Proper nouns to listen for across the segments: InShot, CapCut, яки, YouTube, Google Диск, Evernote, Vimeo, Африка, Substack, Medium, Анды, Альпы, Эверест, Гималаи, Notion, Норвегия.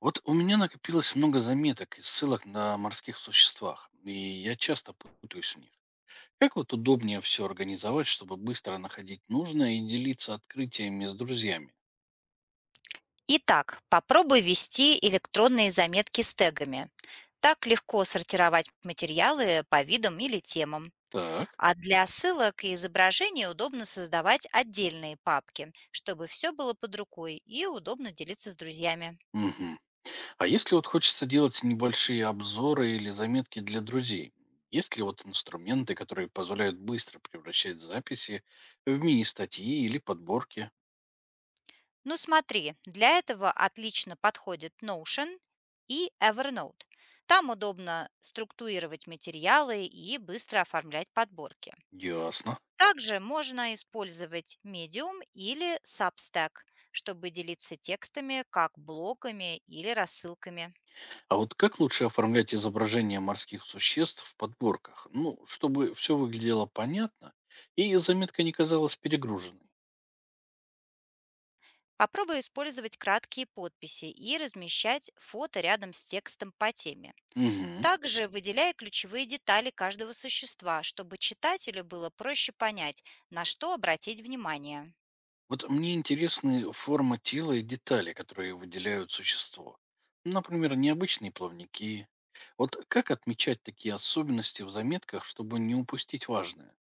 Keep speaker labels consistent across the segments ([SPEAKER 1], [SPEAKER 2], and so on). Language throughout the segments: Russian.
[SPEAKER 1] Вот у меня накопилось много заметок и ссылок на морских существах, и я часто путаюсь в них. Как вот удобнее все организовать, чтобы быстро находить нужное и делиться открытиями с друзьями?
[SPEAKER 2] Итак, попробуй вести электронные заметки с тегами. Так легко сортировать материалы по видам или темам.
[SPEAKER 1] Так.
[SPEAKER 2] А для ссылок и изображений удобно создавать отдельные папки, чтобы все было под рукой и удобно делиться с друзьями.
[SPEAKER 1] Мгм. А если вот хочется делать небольшие обзоры или заметки для друзей, есть ли вот инструменты, которые позволяют быстро превращать записи в мини-статьи или подборки?
[SPEAKER 2] Ну смотри, для этого отлично подходит Notion и Evernote. Там удобно структурировать материалы и быстро оформлять подборки.
[SPEAKER 1] Ясно.
[SPEAKER 2] Также можно использовать Medium или Substack, чтобы делиться текстами как блоками или рассылками.
[SPEAKER 1] А вот как лучше оформлять изображение морских существ в подборках? Ну, чтобы все выглядело понятно и заметка не казалась перегруженной.
[SPEAKER 2] Попробуй использовать краткие подписи и размещать фото рядом с текстом по теме.
[SPEAKER 1] Мгм.
[SPEAKER 2] Также выделяй ключевые детали каждого существа, чтобы читателю было проще понять, на что обратить внимание.
[SPEAKER 1] Вот мне интересны форма тела и детали, которые выделяют существо. Например, необычные плавники. Вот как отмечать такие особенности в заметках, чтобы не упустить важное?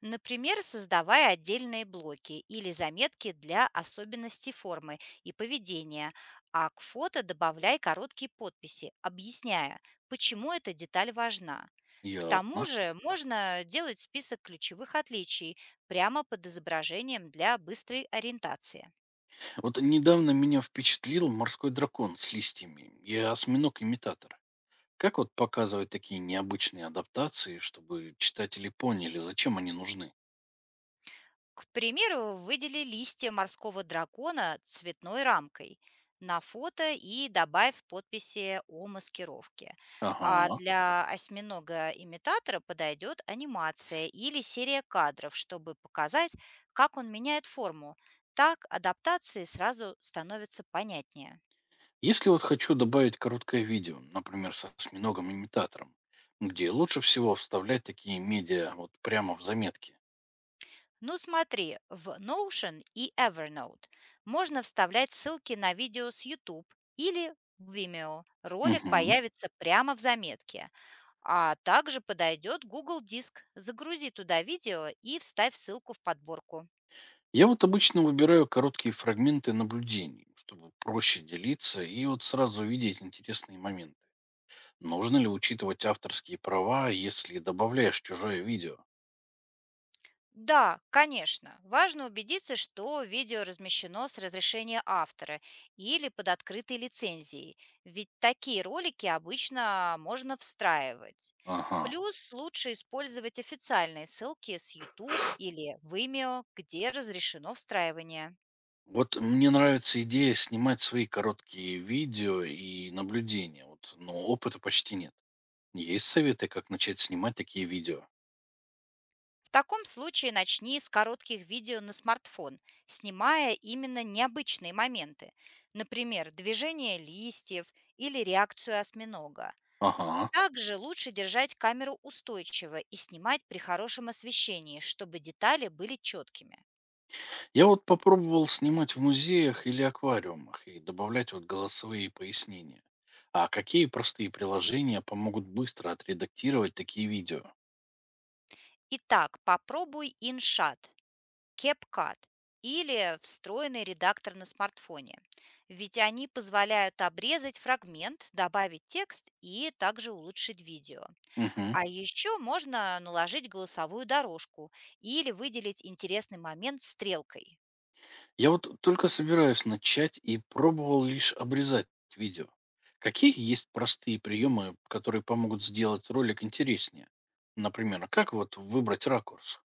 [SPEAKER 2] Например, создавая отдельные блоки или заметки для особенностей формы и поведения, а к фото добавляй короткие подписи, объясняя, почему эта деталь важна. К тому
[SPEAKER 1] Ясно.
[SPEAKER 2] же можно делать список ключевых отличий прямо под изображением для быстрой ориентации.
[SPEAKER 1] Вот недавно меня впечатлил морской дракон с листьями и осьминог-имитатор. Как вот показывать такие необычные адаптации, чтобы читатели поняли, зачем они нужны?
[SPEAKER 2] К примеру, выдели листья морского дракона цветной рамкой на фото и добавь подписи о маскировке. А
[SPEAKER 1] Ага.
[SPEAKER 2] для осьминога-имитатора подойдет анимация или серия кадров, чтобы показать, как он меняет форму. Так адаптации сразу становятся понятнее.
[SPEAKER 1] Если вот хочу добавить короткое видео, например, с осьминогом-имитатором, где лучше всего вставлять такие медиа вот прямо в заметки.
[SPEAKER 2] Ну смотри, в Notion и Evernote можно вставлять ссылки на видео с YouTube или Vimeo. Ролик
[SPEAKER 1] Мгм.
[SPEAKER 2] появится прямо в заметке. А также подойдет Google Диск. Загрузи туда видео и вставь ссылку в подборку.
[SPEAKER 1] Я вот обычно выбираю короткие фрагменты наблюдений, чтобы проще делиться и вот сразу видеть интересные моменты. Нужно ли учитывать авторские права, если добавляешь чужое видео?
[SPEAKER 2] Да, конечно, важно убедиться, что видео размещено с разрешения автора или под открытой лицензией, ведь такие ролики обычно можно встраивать.
[SPEAKER 1] Ага.
[SPEAKER 2] Плюс лучше использовать официальные ссылки с YouTube или Vimeo, где разрешено встраивание.
[SPEAKER 1] Вот мне нравится идея снимать свои короткие видео и наблюдения, вот, но опыта почти нет. Есть советы, как начать снимать такие видео?
[SPEAKER 2] В таком случае начни с коротких видео на смартфон, снимая именно необычные моменты, например, движение листьев или реакцию осьминога.
[SPEAKER 1] Ага.
[SPEAKER 2] Также лучше держать камеру устойчиво и снимать при хорошем освещении, чтобы детали были четкими.
[SPEAKER 1] Я вот попробовал снимать в музеях или аквариумах и добавлять вот голосовые пояснения. А какие простые приложения помогут быстро отредактировать такие видео?
[SPEAKER 2] Итак, попробуй InShot, CapCut или встроенный редактор на смартфоне. Ведь они позволяют обрезать фрагмент, добавить текст и также улучшить видео.
[SPEAKER 1] Мгм.
[SPEAKER 2] А еще можно наложить голосовую дорожку или выделить интересный момент стрелкой.
[SPEAKER 1] Я вот только собираюсь начать и пробовал лишь обрезать видео. Какие есть простые приемы, которые помогут сделать ролик интереснее? Например, как вот выбрать ракурс?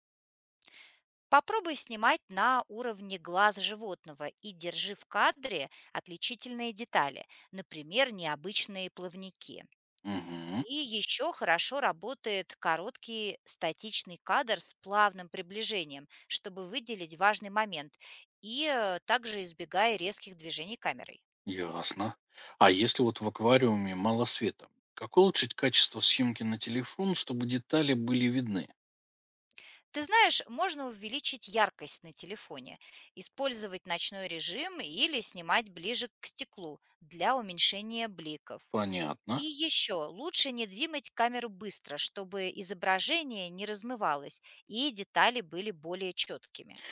[SPEAKER 2] Попробуй снимать на уровне глаз животного и держи в кадре отличительные детали, например, необычные плавники.
[SPEAKER 1] Угу,
[SPEAKER 2] И еще хорошо работает короткий статичный кадр с плавным приближением, чтобы выделить важный момент, и также избегая резких движений камерой.
[SPEAKER 1] ясно. А если вот в аквариуме мало света, как улучшить качество съемки на телефон, чтобы детали были видны?
[SPEAKER 2] Ты знаешь, можно увеличить яркость на телефоне, использовать ночной режим или снимать ближе к стеклу для уменьшения бликов.
[SPEAKER 1] Понятно.
[SPEAKER 2] И еще лучше не двигать камеру быстро, чтобы изображение не размывалось и детали были более четкими.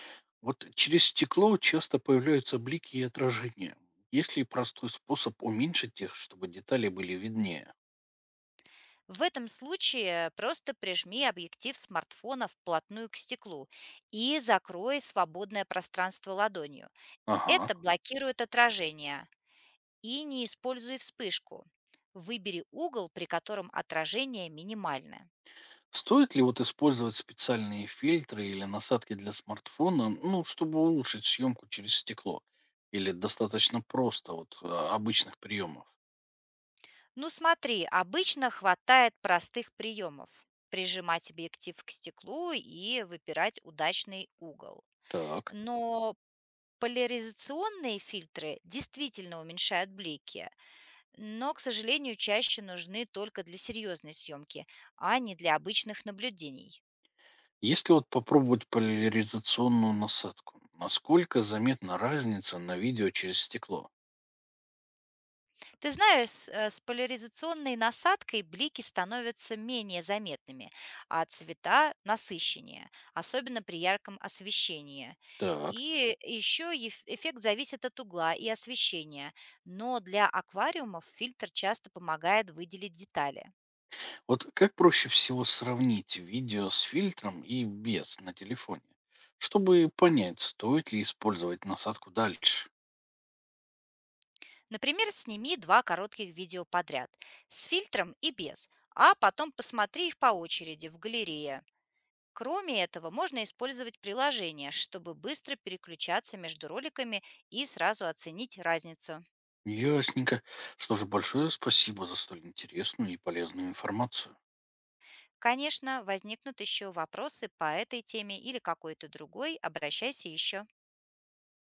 [SPEAKER 1] Вот через стекло часто появляются блики и отражения. Есть ли простой способ уменьшить их, чтобы детали были виднее?
[SPEAKER 2] В этом случае просто прижми объектив смартфона вплотную к стеклу и закрой свободное пространство ладонью.
[SPEAKER 1] Ага.
[SPEAKER 2] Это блокирует отражение, и не используй вспышку. Выбери угол, при котором отражение минимальное.
[SPEAKER 1] Стоит ли вот использовать специальные фильтры или насадки для смартфона, ну, чтобы улучшить съемку через стекло? Или достаточно просто вот обычных приемов?
[SPEAKER 2] Ну смотри, обычно хватает простых приемов. Прижимать объектив к стеклу и выбирать удачный угол.
[SPEAKER 1] Так,
[SPEAKER 2] Но поляризационные фильтры действительно уменьшают блики, но, к сожалению, чаще нужны только для серьезной съемки, а не для обычных наблюдений.
[SPEAKER 1] если вот попробовать поляризационную насадку, насколько заметна разница на видео через стекло?
[SPEAKER 2] Ты знаешь, с с поляризационной насадкой блики становятся менее заметными, а цвета насыщеннее, особенно при ярком освещении.
[SPEAKER 1] Так,
[SPEAKER 2] И еще эффект зависит от угла и освещения, но для аквариумов фильтр часто помогает выделить детали.
[SPEAKER 1] вот как проще всего сравнить видео с фильтром и без на телефоне, чтобы понять, стоит ли использовать насадку дальше?
[SPEAKER 2] Например, сними два коротких видео подряд, с фильтром и без, а потом посмотри их по очереди в галерее. Кроме этого, можно использовать приложение, чтобы быстро переключаться между роликами и сразу оценить разницу.
[SPEAKER 1] Ясненько. Что же, большое спасибо за столь интересную и полезную информацию.
[SPEAKER 2] Конечно, возникнут еще вопросы по этой теме или какой-то другой, обращайся еще.